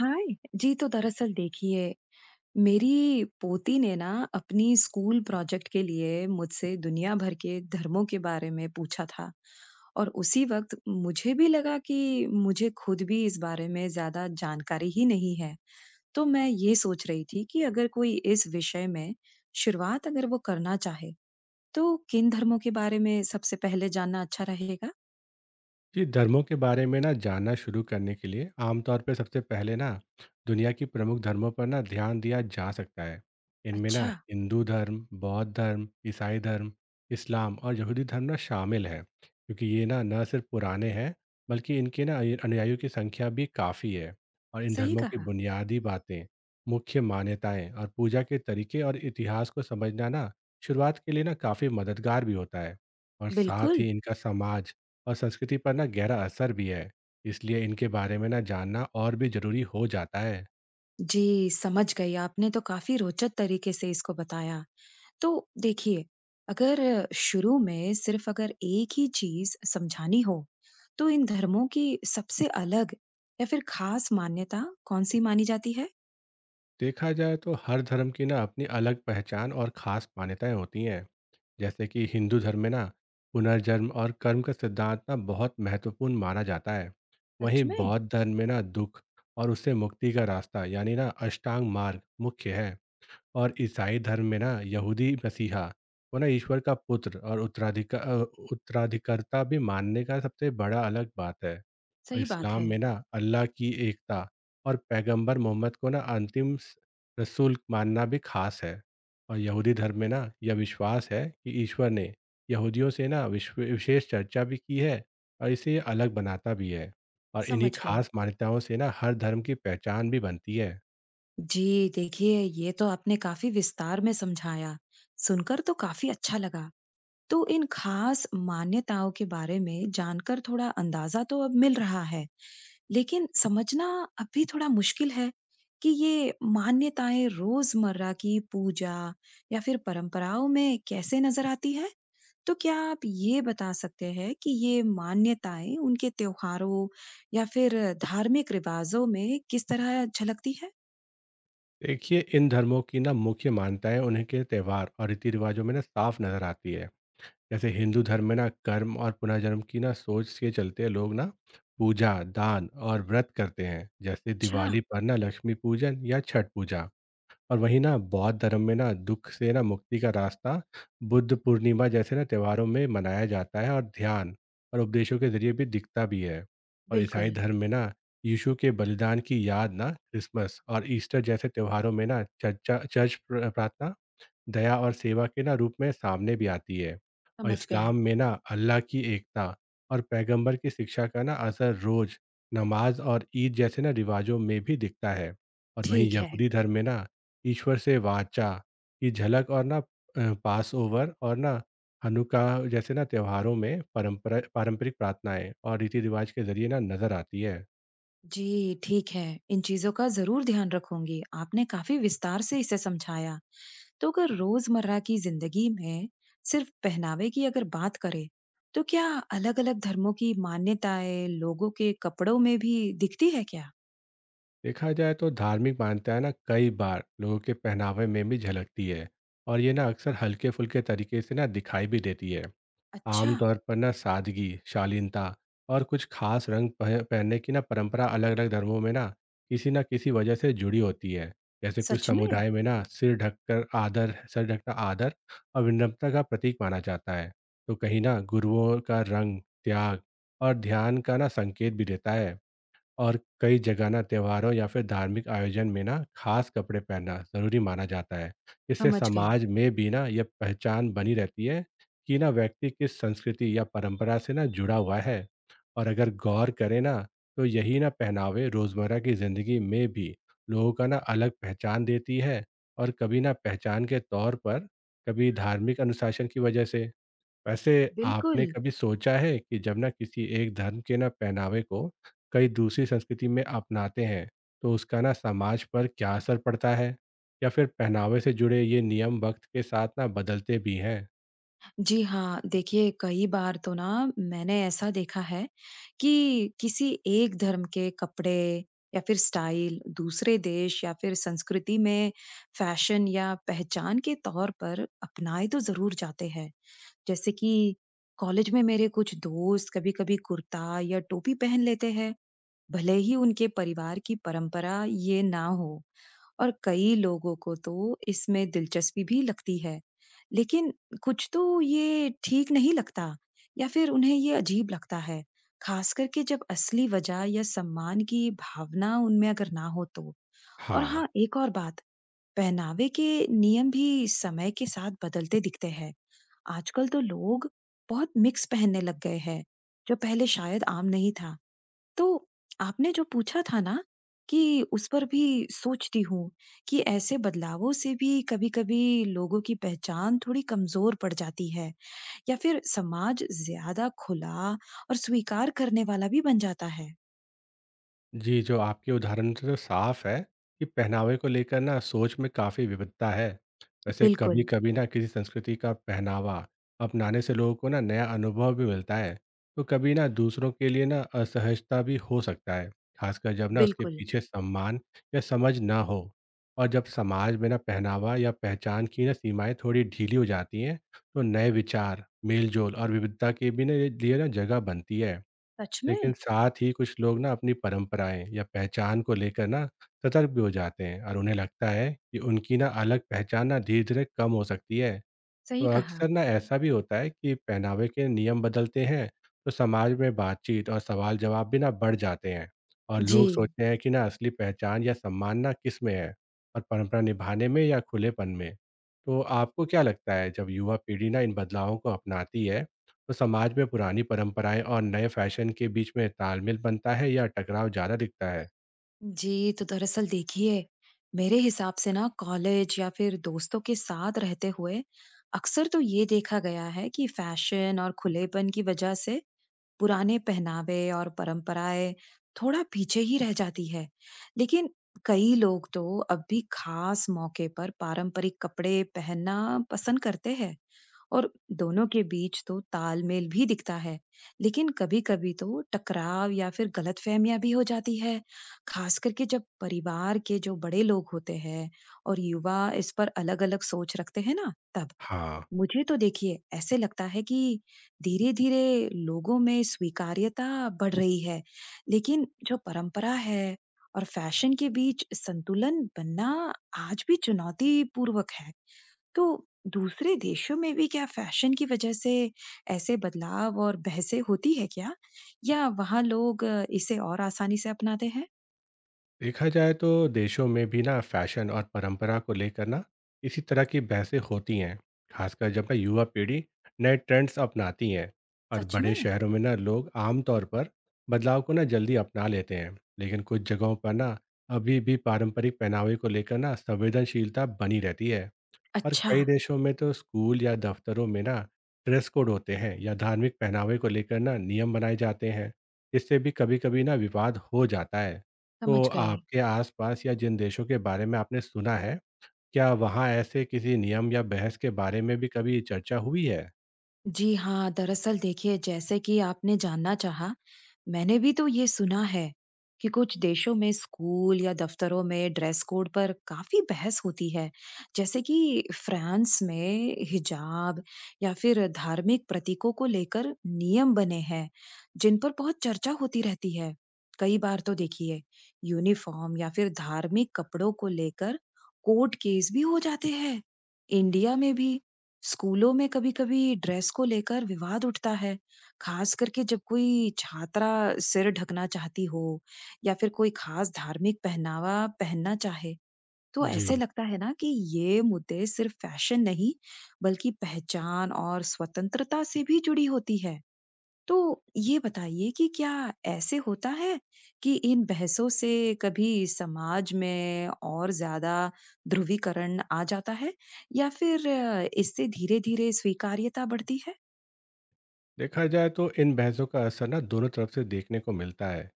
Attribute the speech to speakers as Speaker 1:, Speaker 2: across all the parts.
Speaker 1: हाय। जी तो दरअसल देखिए, मेरी पोती ने ना अपनी स्कूल प्रोजेक्ट के लिए मुझसे दुनिया भर के धर्मों के बारे में पूछा था। और उसी वक्त मुझे भी लगा कि मुझे खुद भी इस बारे में ज्यादा जानकारी ही नहीं है। तो मैं ये सोच रही थी कि अगर कोई इस विषय में शुरुआत अगर वो करना चाहे, तो किन धर्मों के बारे में सबसे पहले जानना अच्छा रहेगा।
Speaker 2: जी धर्मों के बारे में ना जानना शुरू करने के लिए आमतौर पर सबसे पहले ना दुनिया की प्रमुख धर्मों पर ना ध्यान दिया जा सकता है। इनमें ना
Speaker 1: अच्छा।
Speaker 2: हिंदू धर्म, बौद्ध धर्म, ईसाई धर्म, इस्लाम और यहूदी धर्म ना शामिल है, क्योंकि ये ना न सिर्फ पुराने हैं, बल्कि इनके ना अनुयायियों की संख्या भी काफ़ी है। और इन
Speaker 1: सही
Speaker 2: धर्मों की
Speaker 1: कहा।
Speaker 2: बुनियादी बातें, मुख्य मान्यताएं और पूजा के तरीके और इतिहास को समझना ना शुरुआत के लिए ना काफ़ी मददगार भी होता है। और साथ
Speaker 1: बिल्कुल।
Speaker 2: ही इनका समाज और संस्कृति पर ना गहरा असर भी है, इसलिए इनके बारे में ना जानना और भी जरूरी हो जाता है।
Speaker 1: जी, समझ गई। आपने तो काफ़ी रोचक तरीके से इसको बताया। तो देखिए, अगर शुरू में सिर्फ़ अगर एक ही चीज़ समझानी हो, तो इन धर्मों की सबसे अलग या फिर ख़ास मान्यता कौन-सी मानी जाती है?
Speaker 2: देखा जाए तो हर धर्म की ना अपनी अलग पहचान और खास मान्यताएं होती हैं। जैसे कि हिंदू धर्म में ना पुनर्जन्म और कर्म का सिद्धांत ना बहुत महत्वपूर्ण माना जाता है।
Speaker 1: सच
Speaker 2: वहीं
Speaker 1: में?
Speaker 2: बौद्ध धर्म में ना दुख और उससे मुक्ति का रास्ता, यानी ना अष्टांग मार्ग मुख्य है। और ईसाई धर्म में ना यहूदी मसीहा, वो ना ईश्वर का पुत्र और उत्तराधिकार उत्तराधिकारता भी मानने का सबसे बड़ा अलग बात है। और
Speaker 1: सही बात
Speaker 2: इस्लाम
Speaker 1: है।
Speaker 2: में ना अल्लाह की एकता और पैगंबर मोहम्मद को ना अंतिम रसूल मानना भी खास है। और यहूदी धर्म में ना यह विश्वास है कि ईश्वर ने यहूदियों से ना विश्व विशेष चर्चा भी की है, और इसे ये अलग बनाता भी है। और इन्हीं
Speaker 1: समझ गई।
Speaker 2: खास मान्यताओं से ना हर धर्म की पहचान भी बनती है।
Speaker 1: जी, देखिए, ये तो आपने काफ़ी विस्तार में समझाया। सुनकर तो काफ़ी अच्छा लगा। तो इन खास मान्यताओं के बारे में जानकर थोड़ा अंदाजा तो अब मिल रहा है, लेकिन समझना अब भी थोड़ा मुश्किल है कि ये मान्यताएं रोजमर्रा की पूजा या फिर परंपराओं में कैसे नजर आती है? तो क्या आप ये बता सकते हैं कि ये मान्यताएं उनके त्योहारों या फिर धार्मिक रिवाजों में किस तरह झलकती है?
Speaker 2: देखिए, इन धर्मों की ना मुख्य मान्यताएं उन्हीं के त्यौहार और रीति रिवाजों में ना साफ नजर आती है। जैसे हिंदू धर्म में ना कर्म और पुनर्जन्म की ना सोच के चलते लोग ना पूजा, दान और व्रत करते हैं, जैसे
Speaker 1: अच्छा।
Speaker 2: दिवाली पर ना लक्ष्मी पूजन या छठ पूजा। और वहीं ना बौद्ध धर्म में ना दुख से ना मुक्ति का रास्ता बुद्ध पूर्णिमा जैसे ना त्योहारों में मनाया जाता है, और ध्यान और उपदेशों के जरिए भी दिखता भी है। और ईसाई
Speaker 1: बिल्कुल।
Speaker 2: धर्म में ना यीशु के बलिदान की याद ना क्रिसमस और ईस्टर जैसे त्योहारों में ना चर्चा चर्च प्रार्थना, दया और सेवा के ना रूप में सामने भी आती है। और
Speaker 1: समझ
Speaker 2: इस्लाम
Speaker 1: गई।
Speaker 2: में ना अल्लाह की एकता और पैगंबर की शिक्षा का ना असर रोज नमाज और ईद जैसे ना रिवाजों में भी दिखता है। और वहीं
Speaker 1: ठीक है।
Speaker 2: यहूदी धर्म में ना ईश्वर से वाचा की झलक और ना पास ओवर और ना हनुका जैसे ना त्योहारों में परंपरा पारंपरिक प्रार्थनाएं और रीति रिवाज के जरिए ना नजर आती है।
Speaker 1: जी, ठीक है। इन चीज़ों का ज़रूर ध्यान रखूँगी। आपने काफ़ी विस्तार से इसे समझाया। तो अगर रोज़मर्रा की ज़िंदगी में सिर्फ़ पहनावे की अगर बात करें, तो क्या अलग-अलग धर्मों की मान्यताएँ लोगों के कपड़ों में भी दिखती है क्या?
Speaker 2: देखा जाए तो धार्मिक मान्यताएं ना कई बार लोगों के पहनावे में भी झलकती है, और ये ना अक्सर हल्के फुल्के तरीके से ना दिखाई भी देती है।
Speaker 1: अच्छा।
Speaker 2: आमतौर पर ना सादगी, शालीनता और कुछ खास रंग पहनने की ना परंपरा अलग अलग धर्मों में ना किसी वजह से जुड़ी होती है। जैसे कुछ
Speaker 1: सच में?
Speaker 2: समुदाय में ना सिर ढककर आदर, सर ढकना आदर और विनम्रता का प्रतीक माना जाता है। तो कहीं ना गुरुओं का रंग त्याग और ध्यान का ना संकेत भी देता है। और कई जगह ना त्योहारों या फिर धार्मिक आयोजन में ना खास कपड़े पहनना जरूरी माना जाता है। इससे
Speaker 1: समझ गई।
Speaker 2: समाज में भी ना यह पहचान बनी रहती है कि ना व्यक्ति किस संस्कृति या परंपरा से ना जुड़ा हुआ है। और अगर गौर करें ना, तो यही ना पहनावे रोजमर्रा की जिंदगी में भी लोगों का ना अलग पहचान देती है, और कभी ना पहचान के तौर पर, कभी धार्मिक अनुशासन की वजह से। वैसे, आपने
Speaker 1: बिल्कुल।
Speaker 2: कभी सोचा है कि जब ना किसी एक धर्म के ना पहनावे को कई दूसरी संस्कृति में अपनाते हैं, तो उसका ना समाज पर क्या असर पड़ता है, या फिर पहनावे से जुड़े ये नियम वक्त के साथ ना बदलते भी हैं?
Speaker 1: जी हाँ, देखिए कई बार तो ना मैंने ऐसा देखा है कि किसी एक धर्म के कपड़े या फिर स्टाइल दूसरे देश या फिर संस्कृति में फैशन या पहचान के तौर पर अपनाए तो ज़रूर जाते हैं। जैसे कि कॉलेज में मेरे कुछ दोस्त कभी-कभी कुर्ता या टोपी पहन लेते हैं, भले ही उनके परिवार की परंपरा ये ना हो। और कई लोगों को तो इसमें दिलचस्पी भी लगती है, लेकिन कुछ तो ये ठीक नहीं लगता या फिर उन्हें ये अजीब लगता है, खास करके जब असली वजह या सम्मान की भावना उनमें अगर ना हो तो। और
Speaker 2: हाँ।
Speaker 1: हाँ, एक और बात, पहनावे के नियम भी समय के साथ बदलते दिखते हैं। आजकल तो लोग बहुत मिक्स पहनने लग गए हैं, जो पहले शायद आम नहीं था। तो आपने जो पूछा था ना कि उस पर भी सोचती हूँ कि ऐसे बदलावों से भी कभी-कभी लोगों की पहचान थोड़ी कमजोर पड़ जाती है या फिर समाज ज्यादा खुला और स्वीकार करने वाला भी बन जाता है।
Speaker 2: जी, जो आपके उदाहरण से तो साफ है कि पहनावे को लेकर ना सोच में काफ़ी विविधता है। वैसे
Speaker 1: बिल्कुल।
Speaker 2: कभी-कभी ना किसी संस्कृति का पहनावा अपनाने से लोगों को ना नया अनुभव भी मिलता है, तो कभी ना दूसरों के लिए ना असहजता भी हो सकता है, खासकर जब ना उसके
Speaker 1: बिल्कुल।
Speaker 2: पीछे सम्मान या समझ ना हो। और जब समाज में ना पहनावा या पहचान की ना सीमाएँ थोड़ी ढीली हो जाती हैं, तो नए विचार, मेल-जोल और विविधता के भी ना लिए ना जगह बनती है।
Speaker 1: सच
Speaker 2: लेकिन
Speaker 1: में।
Speaker 2: साथ ही कुछ लोग ना अपनी परंपराएं या पहचान को लेकर ना सतर्क भी हो जाते हैं, और उन्हें लगता है कि उनकी ना अलग पहचान ना धीरे धीरे कम हो सकती है।
Speaker 1: सही
Speaker 2: तो
Speaker 1: कहा।
Speaker 2: अक्सर ना ऐसा भी होता है कि पहनावे के नियम बदलते हैं, तो समाज में बातचीत और सवाल जवाब भी ना बढ़ जाते हैं, और लोग
Speaker 1: जी।
Speaker 2: सोचते हैं कि ना असली पहचान या सम्मान ना किस में है, और परंपरा निभाने में या खुलेपन में। तो आपको क्या लगता है, जब युवा पीढ़ी ना इन बदलावों को अपनाती है, तो समाज में पुरानी परंपराएं और नए फैशन के बीच में तालमेल बनता है या टकराव ज़्यादा दिखता है?
Speaker 1: जी तो दरअसल देखिए, मेरे हिसाब से ना कॉलेज या फिर दोस्तों के साथ रहते हुए अक्सर तो ये देखा गया है कि फैशन और खुलेपन की वजह से पुराने पहनावे और परंपराएं थोड़ा पीछे ही रह जाती है। लेकिन कई लोग तो अब भी खास मौके पर पारंपरिक कपड़े पहनना पसंद करते हैं, और दोनों के बीच तो तालमेल भी दिखता है। लेकिन कभी कभी तो टकराव या फिर गलतफहमियां भी हो जाती है, खास करके जब परिवार के जो बड़े लोग होते हैं और युवा इस पर अलग अलग सोच रखते हैं ना तब।
Speaker 2: हाँ।
Speaker 1: मुझे तो देखिए ऐसे लगता है कि धीरे-धीरे लोगों में स्वीकार्यता बढ़ रही है, लेकिन जो परंपरा है और फैशन के बीच संतुलन बनना आज भी चुनौतीपूर्वक है। तो दूसरे देशों में भी क्या फैशन की वजह से ऐसे बदलाव और बहसें होती है क्या? या वहाँ लोग इसे और आसानी से अपनाते हैं?
Speaker 2: देखा जाए तो देशों में भी ना फैशन और परंपरा को लेकर ना इसी तरह की बहसें होती हैं, खासकर जब ना युवा पीढ़ी नए ट्रेंड्स अपनाती हैं। और
Speaker 1: सच
Speaker 2: बड़े
Speaker 1: में?
Speaker 2: शहरों में ना लोग आमतौर पर बदलाव को ना जल्दी अपना लेते हैं, लेकिन कुछ जगहों पर ना अभी भी पारंपरिक पहनावे को लेकर ना संवेदनशीलता बनी रहती है। और
Speaker 1: अच्छा।
Speaker 2: कई देशों में तो स्कूल या दफ्तरों में ना ड्रेस कोड होते हैं, या धार्मिक पहनावे को लेकर ना नियम बनाए जाते हैं। इससे भी कभी कभी ना विवाद हो जाता है। तो
Speaker 1: समझ गई।
Speaker 2: आपके आसपास या जिन देशों के बारे में आपने सुना है, क्या वहाँ ऐसे किसी नियम या बहस के बारे में भी कभी चर्चा हुई है?
Speaker 1: जी हाँ, दरअसल देखिए जैसे कि आपने जानना चाहा, मैंने भी तो ये सुना है कि कुछ देशों में स्कूल या दफ्तरों में ड्रेस कोड पर काफी बहस होती है। जैसे कि फ्रांस में हिजाब या फिर धार्मिक प्रतीकों को लेकर नियम बने हैं, जिन पर बहुत चर्चा होती रहती है। कई बार तो देखिए यूनिफॉर्म या फिर धार्मिक कपड़ों को लेकर कोर्ट केस भी हो जाते हैं। इंडिया में भी स्कूलों में कभी-कभी ड्रेस को लेकर विवाद उठता है, खास करके जब कोई छात्रा सिर ढकना चाहती हो या फिर कोई खास धार्मिक पहनावा पहनना चाहे। तो
Speaker 2: जी।
Speaker 1: ऐसे लगता है ना कि ये मुद्दे सिर्फ फैशन नहीं, बल्कि पहचान और स्वतंत्रता से भी जुड़ी होती है। तो ये बताइए कि क्या ऐसे होता है कि इन बहसों से कभी समाज में और ज़्यादा ध्रुवीकरण आ जाता है या फिर इससे धीरे-धीरे स्वीकार्यता बढ़ती है?
Speaker 2: देखा जाए तो इन बहसों का असर ना दोनों तरफ से देखने को मिलता है।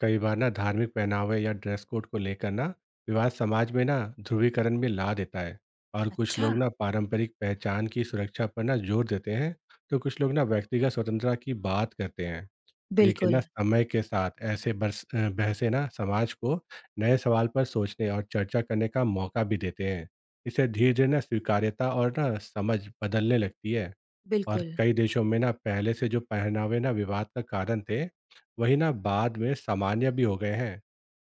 Speaker 2: कई बार ना धार्मिक पहनावे या ड्रेस कोड को लेकर ना विवाद समाज में ना ध्रुवीकरण भी ला देता है, और कुछ
Speaker 1: अच्छा।
Speaker 2: लोग ना पारंपरिक पहचान की सुरक्षा पर ना जोर देते हैं, तो कुछ लोग ना व्यक्तिगत स्वतंत्रता की बात करते हैं। लेकिन ना
Speaker 1: बिल्कुल।
Speaker 2: समय के साथ ऐसे बहसें ना समाज को नए सवाल पर सोचने और चर्चा करने का मौका भी देते हैं। इससे धीरे धीरे ना स्वीकार्यता और ना समझ बदलने लगती है। और
Speaker 1: बिल्कुल।
Speaker 2: कई देशों में ना पहले से जो पहनावे ना विवाद का कारण थे, वही ना बाद में सामान्य भी हो गए हैं।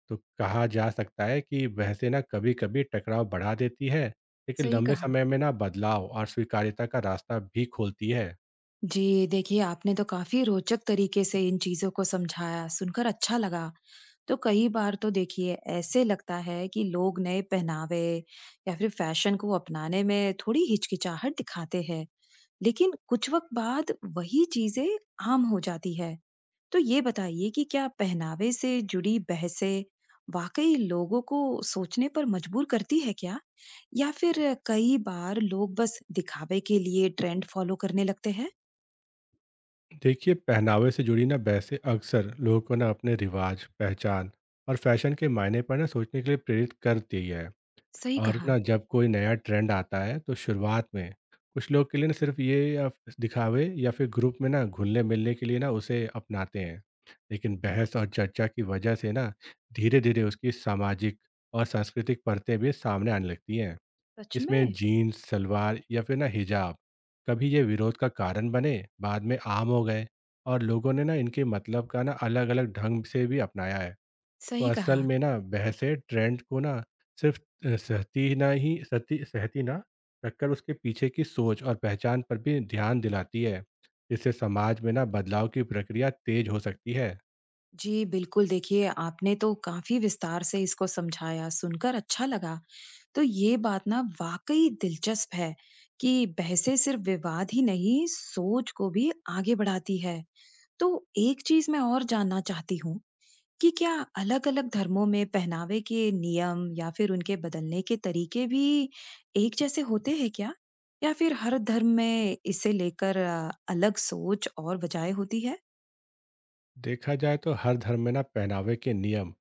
Speaker 2: तो कहा जा सकता है कि बहसें ना कभी कभी टकराव बढ़ा देती है, लेकिन
Speaker 1: सही
Speaker 2: लंबे
Speaker 1: कहा।
Speaker 2: समय में ना बदलाव और स्वीकार्यता का रास्ता भी खोलती है।
Speaker 1: जी, देखिए आपने तो काफ़ी रोचक तरीके से इन चीज़ों को समझाया, सुनकर अच्छा लगा। तो कई बार तो देखिए ऐसे लगता है कि लोग नए पहनावे या फिर फैशन को अपनाने में थोड़ी हिचकिचाहट दिखाते हैं, लेकिन कुछ वक़्त बाद वही चीज़ें आम हो जाती है। तो ये बताइए कि क्या पहनावे से जुड़ी बहसें वाक़ई लोगों को सोचने पर मजबूर करती है क्या? या फिर कई बार लोग बस दिखावे के लिए ट्रेंड फ़ॉलो करने लगते हैं?
Speaker 2: देखिए, पहनावे से जुड़ी ना बहसें अक्सर लोगों को ना अपने रिवाज, पहचान और फैशन के मायने पर ना सोचने के लिए प्रेरित करती है।
Speaker 1: सही
Speaker 2: और
Speaker 1: कहा।
Speaker 2: ना जब कोई नया ट्रेंड आता है, तो शुरुआत में कुछ लोग के लिए ना सिर्फ ये या दिखावे या फिर ग्रुप में ना घुलने मिलने के लिए ना उसे अपनाते हैं। लेकिन बहस और चर्चा की वजह से ना धीरे धीरे उसकी सामाजिक और सांस्कृतिक परतें भी सामने आने लगती हैं।
Speaker 1: सच
Speaker 2: इसमें
Speaker 1: में?
Speaker 2: जीन्स, सलवार या फिर ना हिजाब कभी ये विरोध का कारण बने, बाद में आम हो गए, और लोगों ने ना इनके मतलब का ना अलग अलग ढंग से भी अपनाया है। तो
Speaker 1: सही
Speaker 2: असल
Speaker 1: कहा।
Speaker 2: में ना बहसें ट्रेंड को ना सिर्फ सहती ना रखकर उसके पीछे की सोच और पहचान पर भी ध्यान दिलाती है, जिससे समाज में ना बदलाव की प्रक्रिया तेज हो सकती है।
Speaker 1: जी, बिल्कुल देखिए आपने तो काफ़ी विस्तार से इसको समझाया, सुनकर अच्छा लगा। तो ये बात ना वाक़ई दिलचस्प है कि बहसें सिर्फ़ विवाद ही नहीं, सोच को भी आगे बढ़ाती है। तो एक चीज़ मैं और जानना चाहती हूँ कि क्या अलग-अलग धर्मों में पहनावे के नियम या फिर उनके बदलने के तरीके भी एक जैसे होते हैं क्या? या फिर हर धर्म में इसे लेकर अलग सोच और वजह होती है?
Speaker 2: देखा जाए तो हर धर्म में ना पहनावे के नियम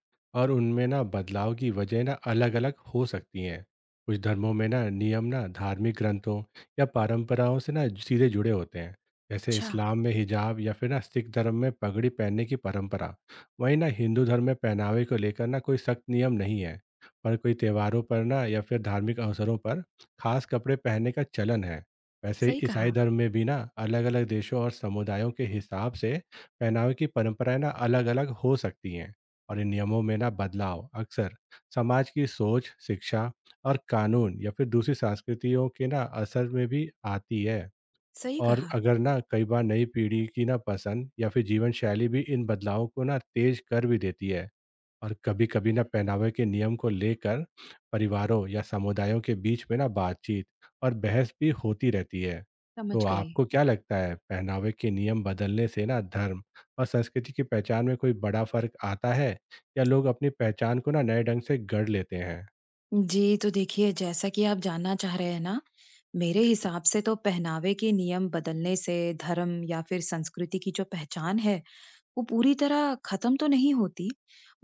Speaker 2: और उनमें ना बदलाव की वजह ना अलग अलग हो सकती हैं। कुछ धर्मों में ना नियम ना धार्मिक ग्रंथों या परंपराओं से ना सीधे जुड़े होते हैं, जैसे
Speaker 1: अच्छा।
Speaker 2: इस्लाम में हिजाब या फिर ना सिख धर्म में पगड़ी पहनने की परंपरा। वहीं ना हिंदू धर्म में पहनावे को लेकर ना कोई सख्त नियम नहीं है, पर कोई त्योहारों पर ना या फिर धार्मिक अवसरों पर खास कपड़े पहनने का चलन है। वैसे ही
Speaker 1: सही
Speaker 2: ईसाई
Speaker 1: कहा।
Speaker 2: धर्म में भी ना अलग अलग देशों और समुदायों के हिसाब से पहनावे की परंपराएं ना अलग अलग हो सकती हैं। और इन नियमों में ना बदलाव अक्सर समाज की सोच, शिक्षा और कानून या फिर दूसरी संस्कृतियों के ना असर में भी आती है।
Speaker 1: सही
Speaker 2: और
Speaker 1: कहा।
Speaker 2: अगर ना कई बार नई पीढ़ी की ना पसंद या फिर जीवन शैली भी इन बदलावों को ना तेज कर भी देती है। और कभी कभी ना पहनावे के नियम को लेकर परिवारों या समुदायों के बीच में ना बातचीत और बहस भी होती रहती है। तो
Speaker 1: समझ गई।
Speaker 2: आपको क्या लगता है, पहनावे के नियम बदलने से ना धर्म और संस्कृति की पहचान में कोई बड़ा फर्क आता है, या लोग अपनी पहचान को ना नए ढंग से गढ़ लेते हैं?
Speaker 1: जी तो देखिए जैसा कि आप जानना चाह रहे हैं ना, मेरे हिसाब से तो पहनावे के नियम बदलने से धर्म या फिर संस्कृति की जो पहचान है, वो पूरी तरह खत्म तो नहीं होती,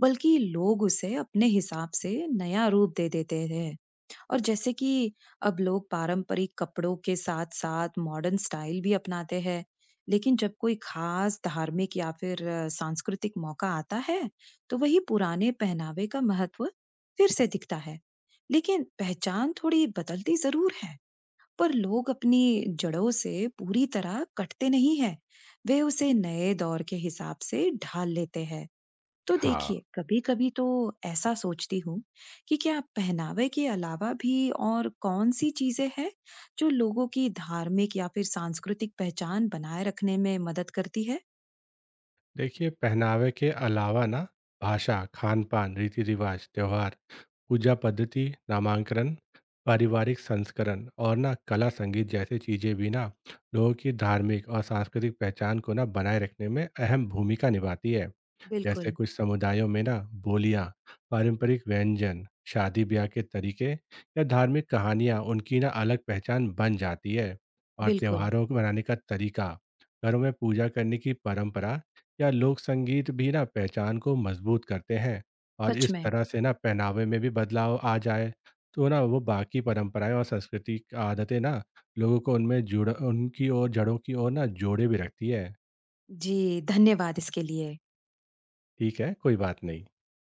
Speaker 1: बल्कि लोग उसे अपने हिसाब से नया रूप दे देते हैं। और जैसे कि अब लोग पारंपरिक कपड़ों के साथ-साथ मॉडर्न स्टाइल भी अपनाते हैं। लेकिन जब कोई खास धार्मिक या फिर सांस्कृतिक मौका आता है, तो वही पुराने पहनावे का महत्व फिर से दिखता है। लेकिन पहचान थोड़ी बदलती जरूर है। पर लोग अपनी जड़ों से पूरी तरह कटते नहीं हैं, वे उसे नए दौर के हिसाब से ढाल लेते हैं। तो
Speaker 2: हाँ।
Speaker 1: देखिए कभी कभी तो ऐसा सोचती हूँ कि क्या पहनावे के अलावा भी और कौन सी चीजें हैं जो लोगों की धार्मिक या फिर सांस्कृतिक पहचान बनाए रखने में मदद करती है।
Speaker 2: देखिए, पहनावे के अलावा ना भाषा, खान पान, रीति रिवाज, त्यौहार, पूजा पद्धति, नामांकन, पारिवारिक संस्करण और ना कला संगीत जैसी चीज़ें भी ना लोगों की धार्मिक और सांस्कृतिक पहचान को ना बनाए रखने में अहम भूमिका निभाती है। जैसे
Speaker 1: बिल्कुल।
Speaker 2: कुछ समुदायों में ना बोलियां, पारंपरिक व्यंजन, शादी ब्याह के तरीके या धार्मिक कहानियां उनकी ना अलग पहचान बन जाती है। और
Speaker 1: बिल्कुल।
Speaker 2: त्योहारों को मनाने का तरीका, घरों में पूजा करने की परंपरा या लोक संगीत भी ना पहचान को मजबूत करते हैं। और
Speaker 1: सच
Speaker 2: इस
Speaker 1: में।
Speaker 2: तरह से ना पहनावे में भी बदलाव आ जाए, तो ना वो बाकी परंपराएं और संस्कृति की आदतें ना लोगों को उनमें जुड़ उनकी ओर जड़ों की ओर ना जोड़े भी रखती है।
Speaker 1: जी, धन्यवाद इसके लिए।
Speaker 2: ठीक है, कोई बात नहीं।